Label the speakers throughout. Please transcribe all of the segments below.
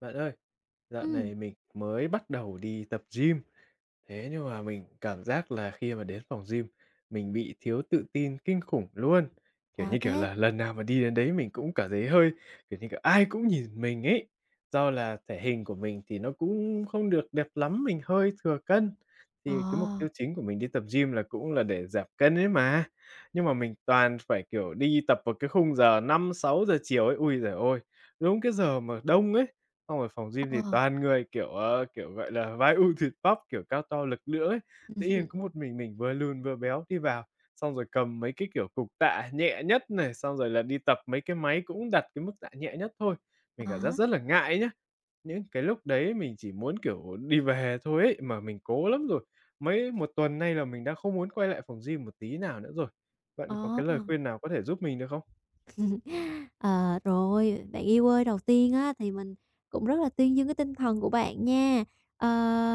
Speaker 1: Bạn ơi, dạo
Speaker 2: Ừ,
Speaker 1: này mình mới bắt đầu đi tập gym, thế nhưng mà mình cảm giác là khi mà đến phòng gym, mình bị thiếu tự tin kinh khủng luôn. Kiểu như,
Speaker 2: sao
Speaker 1: kiểu
Speaker 2: thế?
Speaker 1: là, lần nào mà đi đến đấy mình cũng cảm thấy hơi, kiểu như, kiểu, ai cũng nhìn mình ấy. Do là thể hình của mình thì nó cũng không được đẹp lắm, mình hơi thừa cân.
Speaker 2: Ờ,
Speaker 1: Thì cái mục tiêu chính của mình đi tập gym là cũng là để giảm cân ấy mà. Nhưng mà mình toàn phải, kiểu, đi tập vào cái khung giờ 5 6 giờ chiều ấy. Ui giời ôi! Đúng cái giờ mà đông ấy, xong rồi phòng gym thì
Speaker 2: ờ,
Speaker 1: toàn người, kiểu, ờ, kiểu, gọi là, vai u thịt bắp, kiểu, cao to lực lưỡng ấy. Tự nhiên có một mình vừa lùn vừa béo đi vào, xong rồi cầm mấy cái, kiểu, cục tạ nhẹ nhất này, xong rồi là đi tập mấy cái máy cũng đặt cái mức tạ nhẹ nhất thôi. Mình
Speaker 2: à
Speaker 1: cảm giác
Speaker 2: há,
Speaker 1: rất là ngại nhá. Những cái lúc đấy mình chỉ muốn, kiểu, đi về thôi ấy, mà mình cố lắm rồi. Mấy một tuần nay là mình đã không muốn quay lại phòng gym một tí nào nữa rồi. Bạn có
Speaker 2: ờ.
Speaker 1: cái lời khuyên nào có thể giúp mình được không?
Speaker 2: Ờ, rồi, bạn yêu ơi, đầu tiên á thì mình cũng rất là tuyên dương cái tinh thần của bạn nha.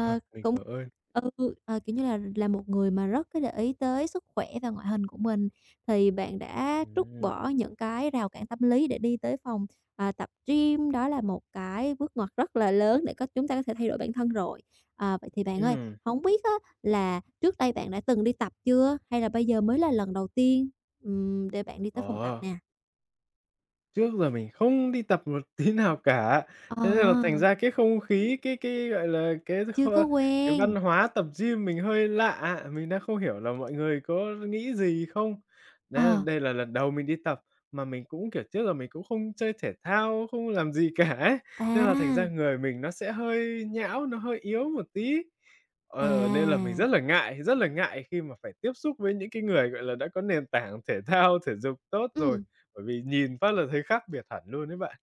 Speaker 1: Ờ, mình
Speaker 2: cũng
Speaker 1: cảm ơn.
Speaker 2: kiểu như là một người mà rất cái để ý tới sức khỏe và ngoại hình của mình, thì bạn đã trút
Speaker 1: Ừm,
Speaker 2: bỏ những cái rào cản tâm lý để đi tới phòng, tập gym, đó là một cái bước ngoặt rất là lớn để có chúng ta có thể thay đổi bản thân rồi. À, vậy thì bạn ơi,
Speaker 1: ừm.
Speaker 2: không biết á là trước đây bạn đã từng đi tập chưa? Hay là bây giờ mới là lần đầu tiên, để bạn đi tới phòng tập
Speaker 1: Ờ.
Speaker 2: nè?
Speaker 1: Trước giờ mình không đi tập một tí nào cả,
Speaker 2: Ờ,
Speaker 1: thế nên là thành ra cái không khí, cái, gọi là, cái
Speaker 2: chưa
Speaker 1: kho
Speaker 2: có
Speaker 1: cái văn
Speaker 2: quen.
Speaker 1: hóa tập gym mình hơi lạ, mình đang không hiểu là mọi người có nghĩ gì không? Đấy,
Speaker 2: Ờ,
Speaker 1: đây là lần đầu mình đi tập, mà mình cũng, kiểu, trước giờ mình cũng không chơi thể thao, không làm gì cả ấy, nên là thành ra
Speaker 2: à,
Speaker 1: người mình nó sẽ hơi nhão, nó hơi yếu một tí.
Speaker 2: à,
Speaker 1: Ờ, nên là mình rất là ngại khi mà phải tiếp xúc với những cái người, gọi là, đã có nền tảng thể thao, thể dục tốt rồi.
Speaker 2: ừm.
Speaker 1: Bởi vì nhìn phát là thấy khác biệt hẳn luôn đấy bạn.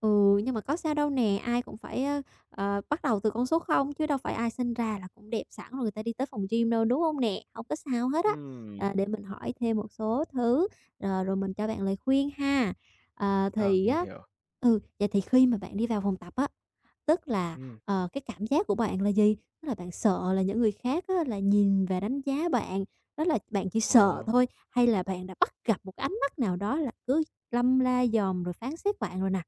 Speaker 2: Ừ, nhưng mà có sao đâu nè, ai cũng phải, bắt đầu từ con số không chứ đâu phải ai sinh ra là cũng đẹp sẵn rồi người ta đi tới phòng gym đâu, đúng không nè? Không có sao hết á.
Speaker 1: Ừm,
Speaker 2: Ờ, để mình hỏi thêm một số thứ, rồi rồi mình cho bạn lời khuyên ha. Ờ,
Speaker 1: Ờ.
Speaker 2: thì
Speaker 1: Mình
Speaker 2: á
Speaker 1: hiểu.
Speaker 2: vậy thì khi mà bạn đi vào phòng tập á, tức là,
Speaker 1: Ừm.
Speaker 2: cái cảm giác của bạn là gì? Tức là bạn sợ là những người khác á là nhìn và đánh giá bạn, đó là bạn chỉ
Speaker 1: Ờ,
Speaker 2: sợ thôi, hay là bạn đã bắt gặp một cái ánh mắt nào đó là cứ lâm la dòm rồi phán xét bạn rồi nè?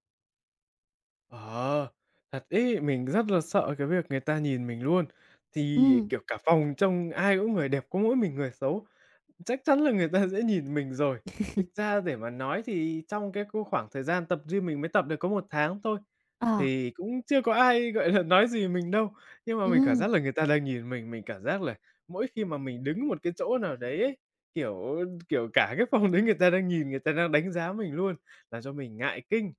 Speaker 1: ờ, thật ấy, mình rất là sợ cái việc người ta nhìn mình luôn. Thì,
Speaker 2: Ừm,
Speaker 1: kiểu, cả phòng trông ai cũng người đẹp, có mỗi mình người xấu. Chắc chắn là người ta sẽ nhìn mình rồi. Thực ra để mà nói thì trong cái cô khoảng thời gian tập gym mình mới tập được có một tháng thôi,
Speaker 2: ờ,
Speaker 1: thì cũng chưa có ai, gọi là, nói gì mình đâu. Nhưng mà mình cảm
Speaker 2: ừm,
Speaker 1: giác là người ta đang nhìn mình cảm giác là mỗi khi mà mình đứng một cái chỗ nào đấy ấy, kiểu kiểu, cả cái phòng đấy người ta đang nhìn, người ta đang đánh giá mình luôn, làm cho mình ngại kinh.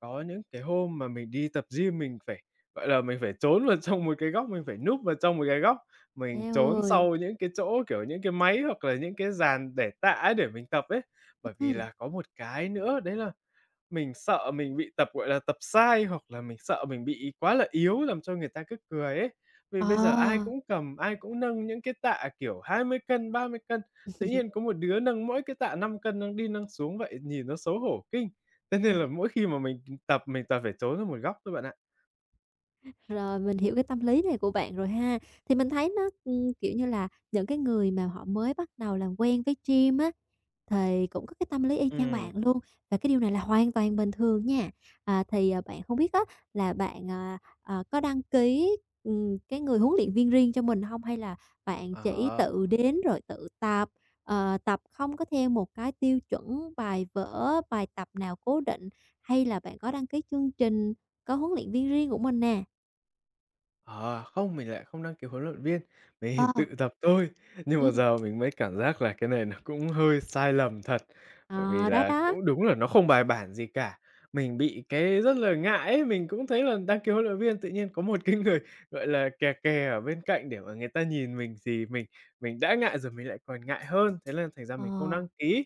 Speaker 1: Có những cái hôm mà mình đi tập gym mình phải, gọi là, mình phải trốn vào trong một cái góc, mình phải núp vào trong một cái góc, mình
Speaker 2: eo
Speaker 1: trốn
Speaker 2: ơi,
Speaker 1: sau những cái chỗ, kiểu, những cái máy hoặc là những cái dàn để tạ ấy để mình tập ấy. Bởi vì
Speaker 2: ừm,
Speaker 1: là có một cái nữa đấy là mình sợ mình bị tập, gọi là, tập sai, hoặc là mình sợ mình bị quá là yếu làm cho người ta cứ cười ấy. Vì
Speaker 2: ờ.
Speaker 1: bây giờ ai cũng cầm, ai cũng nâng những cái tạ, kiểu, 20 cân, 30 cân, tự nhiên có một đứa nâng mỗi cái tạ 5 cân, nâng đi nâng xuống vậy nhìn nó xấu hổ kinh. Thế nên là mỗi khi mà mình tập mình toàn phải trốn ra một góc thôi bạn ạ.
Speaker 2: Rồi, mình hiểu cái tâm lý này của bạn rồi ha. Thì mình thấy nó, kiểu như là, những cái người mà họ mới bắt đầu làm quen với gym á, thì cũng có cái tâm lý y chang
Speaker 1: Ừm,
Speaker 2: bạn luôn, và cái điều này là hoàn toàn bình thường nha. À, thì, bạn không biết á là bạn, có đăng ký, cái người huấn luyện viên riêng cho mình không? Hay là bạn chỉ
Speaker 1: ờ.
Speaker 2: tự đến rồi tự tập, tập không có theo một cái tiêu chuẩn bài vở, bài tập nào cố định, hay là bạn có đăng ký chương trình có huấn luyện viên riêng của mình nè?
Speaker 1: À, không, mình lại không đăng ký huấn luyện viên,
Speaker 2: Ờ,
Speaker 1: mình tự tập. Ừm. Thôi. Nhưng mà
Speaker 2: ừm,
Speaker 1: giờ mình mới cảm giác là cái này nó cũng hơi sai lầm thật, bởi vì
Speaker 2: ờ, đó,
Speaker 1: là
Speaker 2: đó.
Speaker 1: cũng đúng là nó không bài bản gì cả. Mình bị cái rất là ngại ấy, mình cũng thấy là đăng ký huấn luyện viên, tự nhiên có một cái người, gọi là, kè kè ở bên cạnh để mà người ta nhìn mình thì mình đã ngại rồi mình lại còn ngại hơn, thế là thành ra
Speaker 2: Ờ,
Speaker 1: mình không đăng ký.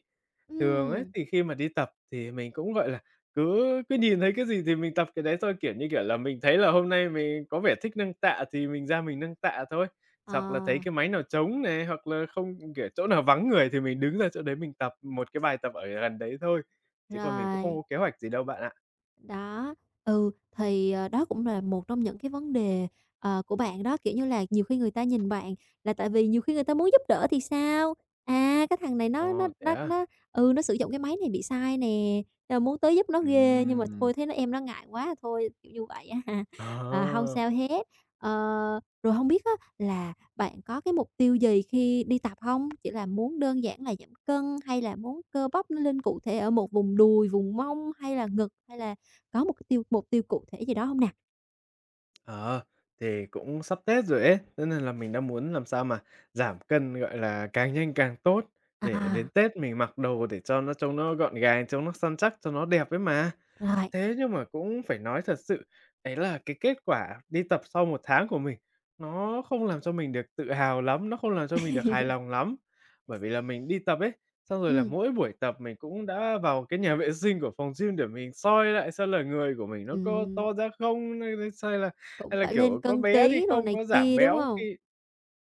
Speaker 1: Thường ấy,
Speaker 2: ừ,
Speaker 1: thì khi mà đi tập thì mình cũng, gọi là, cứ cứ nhìn thấy cái gì thì mình tập cái đấy thôi, kiểu như, kiểu là, mình thấy là hôm nay mình có vẻ thích nâng tạ thì mình ra mình nâng tạ thôi.
Speaker 2: ờ,
Speaker 1: Hoặc là thấy cái máy nào trống này, hoặc là không kiểu, chỗ nào vắng người thì mình đứng ra chỗ đấy mình tập một cái bài tập ở gần đấy thôi, chứ còn mình cũng không
Speaker 2: rồi.
Speaker 1: có kế hoạch gì đâu bạn ạ.
Speaker 2: Đó, ừ, đó cũng là một trong những cái vấn đề, của bạn đó, kiểu như là, nhiều khi người ta nhìn bạn là tại vì nhiều khi người ta muốn giúp đỡ thì sao? À, cái thằng này nó nó
Speaker 1: Ồ, thế
Speaker 2: nó
Speaker 1: á?
Speaker 2: nó, ừ, nó sử dụng cái máy này bị sai nè, muốn tới giúp nó ghê nhưng mà
Speaker 1: Ừm.
Speaker 2: thôi thấy nó em nó ngại quá à, thôi, kiểu như vậy á ha. À, hông
Speaker 1: Ờ.
Speaker 2: sao hết. Ờ, rồi không biết á là bạn có cái mục tiêu gì khi đi tập không? Chỉ là muốn đơn giản là giảm cân hay là muốn cơ bắp nó lên cụ thể ở một vùng đùi, vùng mông hay là ngực hay là có một cái tiêu mục tiêu cụ thể gì đó hông nè?
Speaker 1: Ờ, thì cũng sắp Tết rồi ấy, thế nên là mình đang muốn làm sao mà giảm cân, gọi là, càng nhanh càng tốt để đến
Speaker 2: À,
Speaker 1: Tết mình mặc đồ để cho nó trông nó gọn gàng, trông nó săn chắc, cho nó đẹp ấy mà.
Speaker 2: rồi.
Speaker 1: Thế nhưng mà cũng phải nói thật sự, đấy là cái kết quả đi tập sau một tháng của mình, nó không làm cho mình được tự hào lắm, nó không làm cho mình được hài lòng lắm. Bởi vì là mình đi tập ấy, xong rồi là
Speaker 2: Ừm,
Speaker 1: mỗi buổi tập mình cũng đã vào cái nhà vệ sinh của phòng gym để mình soi lại xem là người của mình nó có
Speaker 2: ừm,
Speaker 1: to ra không, hay là hay là
Speaker 2: Cũng
Speaker 1: hay là,
Speaker 2: phải lên
Speaker 1: kiểu, có
Speaker 2: cân
Speaker 1: bé đi
Speaker 2: ký đồ
Speaker 1: không,
Speaker 2: này
Speaker 1: có giảm
Speaker 2: kia, đúng
Speaker 1: béo
Speaker 2: hông?
Speaker 1: khi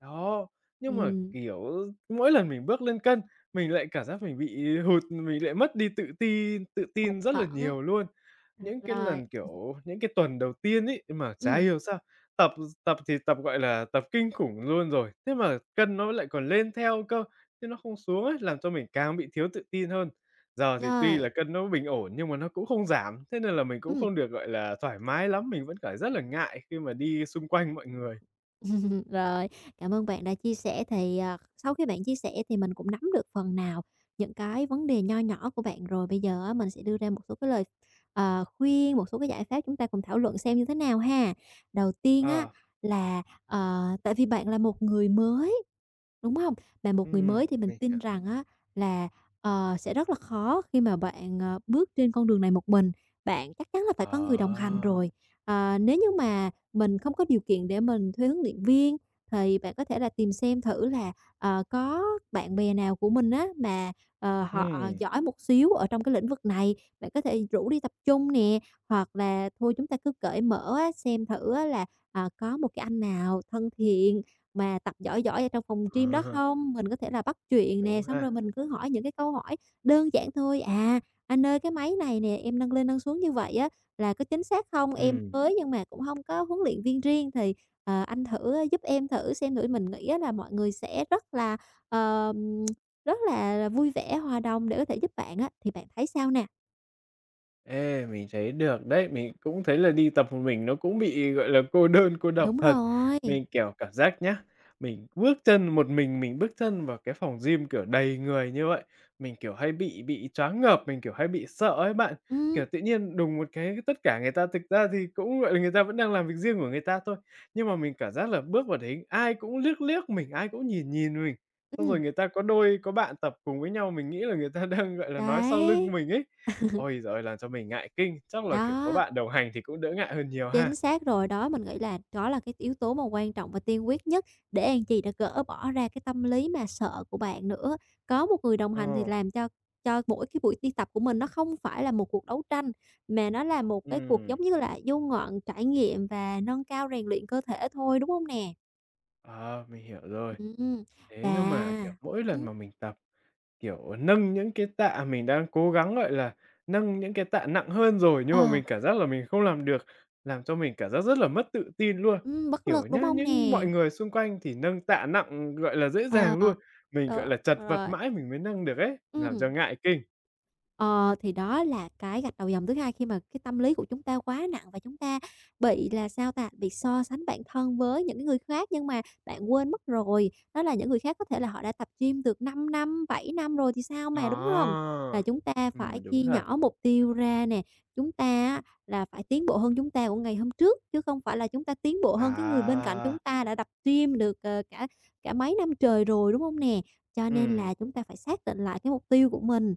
Speaker 1: đó. Nhưng mà,
Speaker 2: Ừm,
Speaker 1: kiểu, mỗi lần mình bước lên cân, mình lại cảm giác mình bị hụt, mình lại mất đi tự tin
Speaker 2: hụt
Speaker 1: rất là
Speaker 2: hẫng,
Speaker 1: nhiều luôn.
Speaker 2: à,
Speaker 1: Những cái
Speaker 2: rồi,
Speaker 1: lần, kiểu, những cái tuần đầu tiên ấy, mà chả
Speaker 2: ừm,
Speaker 1: hiểu sao, tập tập thì tập, gọi là, tập kinh khủng luôn rồi, thế mà cân nó lại còn lên theo cơ, chứ nó không xuống ấy, làm cho mình càng bị thiếu tự tin hơn. Giờ thì tuy
Speaker 2: rồi,
Speaker 1: là cân nó bình ổn nhưng mà nó cũng không giảm, thế nên là mình cũng
Speaker 2: ừm.
Speaker 1: không được, gọi là, thoải mái lắm, mình vẫn cảm rất là ngại khi mà đi xung quanh mọi người.
Speaker 2: Rồi, cảm ơn bạn đã chia sẻ thì, sau khi bạn chia sẻ thì mình cũng nắm được phần nào những cái vấn đề nho nhỏ của bạn rồi. Bây giờ á mình sẽ đưa ra một số cái lời, khuyên, một số cái giải pháp chúng ta cùng thảo luận xem như thế nào ha. Đầu tiên á
Speaker 1: Ờ,
Speaker 2: là, tại vì bạn là một người mới, đúng không? Mà một người mới thì mình
Speaker 1: mình hiểu.
Speaker 2: tin rằng á là, sẽ rất là khó khi mà bạn, bước trên con đường này một mình, bạn chắc chắn là phải có người đồng hành
Speaker 1: Ờ,
Speaker 2: rồi. Ờ, nếu như mà mình không có điều kiện để mình thuê huấn luyện viên thì bạn có thể là tìm xem thử là, có bạn bè nào của mình á mà, họ
Speaker 1: ừm,
Speaker 2: giỏi một xíu ở trong cái lĩnh vực này, bạn có thể rủ đi tập trung nè, hoặc là thôi chúng ta cứ cởi mở á, xem thử á là, có một cái anh nào thân thiện mà tập giỏi giỏi ở trong phòng gym đó
Speaker 1: ờ,
Speaker 2: không? Mình có thể là bắt chuyện
Speaker 1: đúng
Speaker 2: nè, xong
Speaker 1: ha,
Speaker 2: rồi mình cứ hỏi những cái câu hỏi đơn giản thôi: "À, anh ơi, cái máy này nè, em nâng lên nâng xuống như vậy á là có chính xác không? Em
Speaker 1: ừm.
Speaker 2: mới nhưng mà cũng không có huấn luyện viên riêng thì, anh thử giúp em thử xem thử." Mình nghĩ á là mọi người sẽ ờm, rất là vui vẻ, hòa đồng để có thể giúp bạn á, thì bạn thấy sao nè?
Speaker 1: Ê, mình thấy được đấy, mình cũng thấy là đi tập một mình nó cũng bị, gọi là, cô đơn, cô độc
Speaker 2: Đúng
Speaker 1: thật.
Speaker 2: rồi,
Speaker 1: Mình, kiểu, cảm giác nhá, mình bước chân một mình bước chân vào cái phòng gym, kiểu, đầy người như vậy, mình, kiểu, hay bị choáng ngợp, mình, kiểu, hay bị sợ ấy bạn.
Speaker 2: ừm,
Speaker 1: Kiểu, tự nhiên đùng một cái tất cả người ta thực ra thì cũng, gọi là, người ta vẫn đang làm việc riêng của người ta thôi, nhưng mà mình cảm giác là bước vào đấy ai cũng liếc liếc mình, ai cũng nhìn nhìn mình. Xong rồi
Speaker 2: ừm,
Speaker 1: người ta có đôi có bạn tập cùng với nhau, mình nghĩ là người ta đang, gọi là, nói sau lưng
Speaker 2: đấy,
Speaker 1: mình ấy. Ôi giời ơi, làm cho mình ngại kinh, chắc là, kiểu, có
Speaker 2: đó.
Speaker 1: bạn đồng hành thì cũng đỡ ngại hơn nhiều ha.
Speaker 2: Chính xác rồi, đó, mình nghĩ là đó là cái yếu tố mà quan trọng và tiên quyết nhất để ăn chị đã gỡ bỏ ra cái tâm lý mà sợ của bạn nữa. Có một người đồng
Speaker 1: Ờ,
Speaker 2: hành thì làm cho mỗi cái buổi đi tập của mình nó không phải là một cuộc đấu tranh, mà nó là một cái cuộc
Speaker 1: ừm,
Speaker 2: giống như là du ngoạn, trải nghiệm và nâng cao rèn luyện cơ thể thôi, đúng không nè?
Speaker 1: ờ, mình hiểu rồi.
Speaker 2: Ừm,
Speaker 1: Thế
Speaker 2: và
Speaker 1: nhưng mà, kiểu, mỗi lần
Speaker 2: ừm,
Speaker 1: mà mình tập, kiểu, nâng những cái tạ mình đang cố gắng, gọi là, nâng những cái tạ nặng hơn rồi nhưng mà
Speaker 2: ờ,
Speaker 1: mình cảm giác là mình không làm được, làm cho mình cảm giác rất là mất tự tin luôn.
Speaker 2: bất
Speaker 1: Kiểu
Speaker 2: lực, đúng
Speaker 1: nhá,
Speaker 2: không
Speaker 1: những
Speaker 2: nè?
Speaker 1: mọi người xung quanh thì nâng tạ nặng, gọi là, dễ
Speaker 2: Ờ,
Speaker 1: dàng luôn, mình, gọi
Speaker 2: được,
Speaker 1: là, chật vật
Speaker 2: rồi,
Speaker 1: mãi mình mới nâng được ấy, làm cho
Speaker 2: ừm.
Speaker 1: ngại kinh.
Speaker 2: Ờ, thì đó là cái gạch đầu dòng thứ hai khi mà cái tâm lý của chúng ta quá nặng và chúng ta bị là sao ta? Bị so sánh bản thân với những cái người khác nhưng mà bạn quên mất rồi, đó là những người khác có thể là họ đã tập gym được 5 năm, 7 năm rồi thì sao
Speaker 1: Ờ,
Speaker 2: mà, đúng không? Là chúng ta phải
Speaker 1: đúng
Speaker 2: chia
Speaker 1: thật.
Speaker 2: nhỏ mục tiêu ra nè, chúng ta á là phải tiến bộ hơn chúng ta của ngày hôm trước, chứ không phải là chúng ta tiến bộ hơn cái người bên cạnh
Speaker 1: À.
Speaker 2: chúng ta đã tập gym được, ờ, cả cả mấy năm trời rồi, đúng không nè? Cho nên
Speaker 1: Ừm,
Speaker 2: là chúng ta phải xác định lại cái mục tiêu của mình,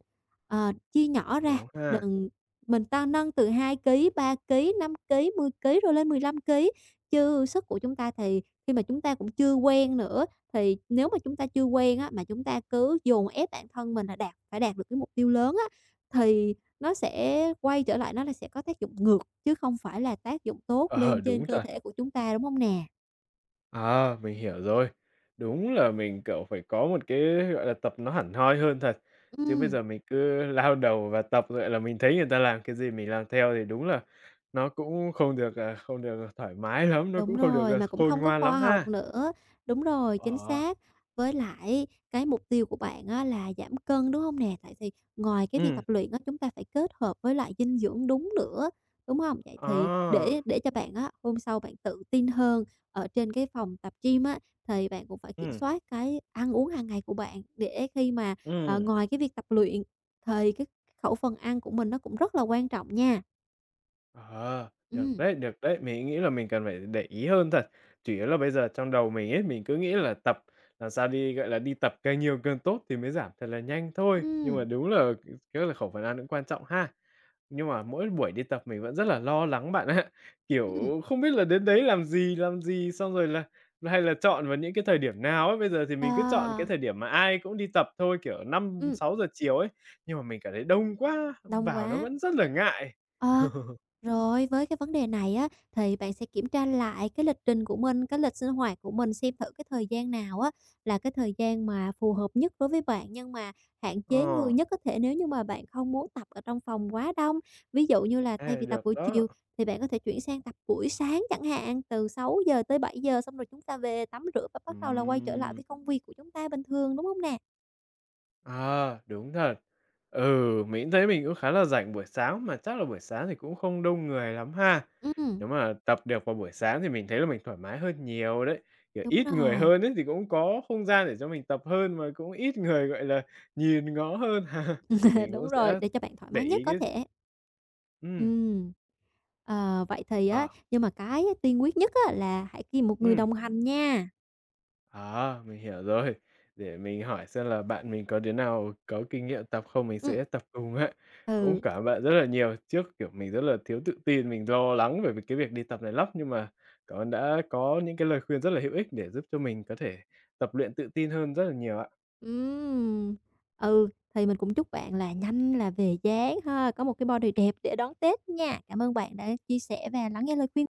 Speaker 2: Chia nhỏ ra,
Speaker 1: đúng ha.
Speaker 2: đừng mình ta nâng từ 2 ký, 3 ký, 5 ký, 10 ký rồi lên 15 ký. Chứ sức của chúng ta thì khi mà chúng ta cũng chưa quen nữa, thì nếu mà chúng ta chưa quen á, mà chúng ta cứ dồn ép bản thân mình là phải đạt được cái mục tiêu lớn á, thì nó sẽ quay trở lại nó là sẽ có tác dụng ngược, chứ không phải là tác dụng tốt
Speaker 1: Ờ,
Speaker 2: lên trên
Speaker 1: đúng
Speaker 2: cơ
Speaker 1: rồi.
Speaker 2: thể của chúng ta, đúng không nè?
Speaker 1: À, mình hiểu rồi. Đúng là mình, kiểu, phải có một cái, gọi là, tập nó hẳn hoi hơn thật, chứ bây
Speaker 2: Ừm.
Speaker 1: giờ mình cứ lao đầu vào tập, gọi là, mình thấy người ta làm cái gì mình làm theo thì đúng là nó cũng không được, à, không được thoải mái lắm, nó
Speaker 2: Đúng
Speaker 1: cũng không được,
Speaker 2: rồi,
Speaker 1: à,
Speaker 2: mà cũng
Speaker 1: khôn
Speaker 2: không có
Speaker 1: ngoan lắm
Speaker 2: khoa
Speaker 1: ha.
Speaker 2: học nữa. Đúng rồi, chính
Speaker 1: Ờ,
Speaker 2: xác. Với lại cái mục tiêu của bạn á là giảm cân, đúng không nè? Tại vì ngoài cái việc
Speaker 1: ừm,
Speaker 2: tập luyện á, chúng ta phải kết hợp với lại dinh dưỡng đúng nữa, đúng không? Vậy thì
Speaker 1: à,
Speaker 2: để cho bạn á, hôm sau bạn tự tin hơn ở trên cái phòng tập gym á, thì bạn cũng phải kiểm
Speaker 1: ừm,
Speaker 2: soát cái ăn uống hàng ngày của bạn để khi mà,
Speaker 1: ừm.
Speaker 2: ngoài cái việc tập luyện thì cái khẩu phần ăn của mình nó cũng rất là quan trọng nha.
Speaker 1: Ờ, được
Speaker 2: Ừm,
Speaker 1: đấy, được đấy. Mình nghĩ là mình cần phải để ý hơn thật. Chủ yếu là bây giờ trong đầu mình ấy, mình cứ nghĩ là tập làm sao đi, gọi là, đi tập càng nhiều càng tốt thì mới giảm thật là nhanh thôi. Nhưng mà
Speaker 2: ừm,
Speaker 1: đúng là rất là khẩu phần ăn cũng quan trọng ha. Nhưng mà mỗi buổi đi tập mình vẫn rất là lo lắng bạn ạ.
Speaker 2: ừm,
Speaker 1: Kiểu, không biết là đến đấy làm gì, xong rồi là hay là chọn vào những cái thời điểm nào ấy. Bây giờ thì
Speaker 2: ờ,
Speaker 1: mình cứ chọn cái thời điểm mà ai cũng đi tập thôi, kiểu năm
Speaker 2: ừm.
Speaker 1: sáu giờ chiều ấy, nhưng mà mình cảm thấy đông quá,
Speaker 2: Đông
Speaker 1: vào nó
Speaker 2: quá.
Speaker 1: vẫn rất là ngại.
Speaker 2: Ờ, rồi với cái vấn đề này á, thì bạn sẽ kiểm tra lại cái lịch trình của mình, cái lịch sinh hoạt của mình xem thử cái thời gian nào á là cái thời gian mà phù hợp nhất đối với bạn, nhưng mà hạn chế người
Speaker 1: Ờ.
Speaker 2: nhất có thể nếu như mà bạn không muốn tập ở trong phòng quá đông. Ví dụ như là thay
Speaker 1: À,
Speaker 2: vì tập
Speaker 1: được
Speaker 2: buổi
Speaker 1: đó.
Speaker 2: chiều thì bạn có thể chuyển sang tập buổi sáng chẳng hạn, từ 6 giờ tới 7 giờ xong rồi chúng ta về tắm rửa và bắt đầu là quay trở lại
Speaker 1: Ừm,
Speaker 2: với công việc của chúng ta bình thường, đúng không nè?
Speaker 1: à, đúng thật. Ừ, mình thấy mình cũng khá là rảnh buổi sáng, mà chắc là buổi sáng thì cũng không đông người lắm ha.
Speaker 2: Ừ,
Speaker 1: Nếu mà tập được vào buổi sáng thì mình thấy là mình thoải mái hơn nhiều đấy, kiểu,
Speaker 2: đúng
Speaker 1: ít người
Speaker 2: rồi,
Speaker 1: hơn ấy thì cũng có không gian để cho mình tập hơn, mà cũng ít người, gọi là, nhìn ngó hơn. Mình cũng
Speaker 2: đúng rồi,
Speaker 1: sẽ
Speaker 2: để cho bạn thoải
Speaker 1: để
Speaker 2: mái nhất
Speaker 1: ý
Speaker 2: có
Speaker 1: cái.
Speaker 2: thể. Ừ.
Speaker 1: Ừm,
Speaker 2: Ờ, vậy thì á
Speaker 1: ờ,
Speaker 2: nhưng mà cái tiên quyết nhất á là hãy kiếm một người
Speaker 1: ừm.
Speaker 2: đồng hành nha.
Speaker 1: À, mình hiểu rồi. Để mình hỏi xem là bạn mình có đứa nào có kinh nghiệm tập không, mình
Speaker 2: Ừm.
Speaker 1: sẽ tập cùng á. Cũng
Speaker 2: Ừ,
Speaker 1: cảm ơn bạn rất là nhiều. Trước, kiểu, mình rất là thiếu tự tin, mình lo lắng về cái việc đi tập này lắm, nhưng mà cảm ơn đã có những cái lời khuyên rất là hữu ích để giúp cho mình có thể tập luyện tự tin hơn rất là nhiều ạ.
Speaker 2: ừm, ừ, thì mình cũng chúc bạn là nhanh là về dáng ha, có một cái body đẹp để đón Tết nha. Cảm ơn bạn đã chia sẻ và lắng nghe lời khuyên.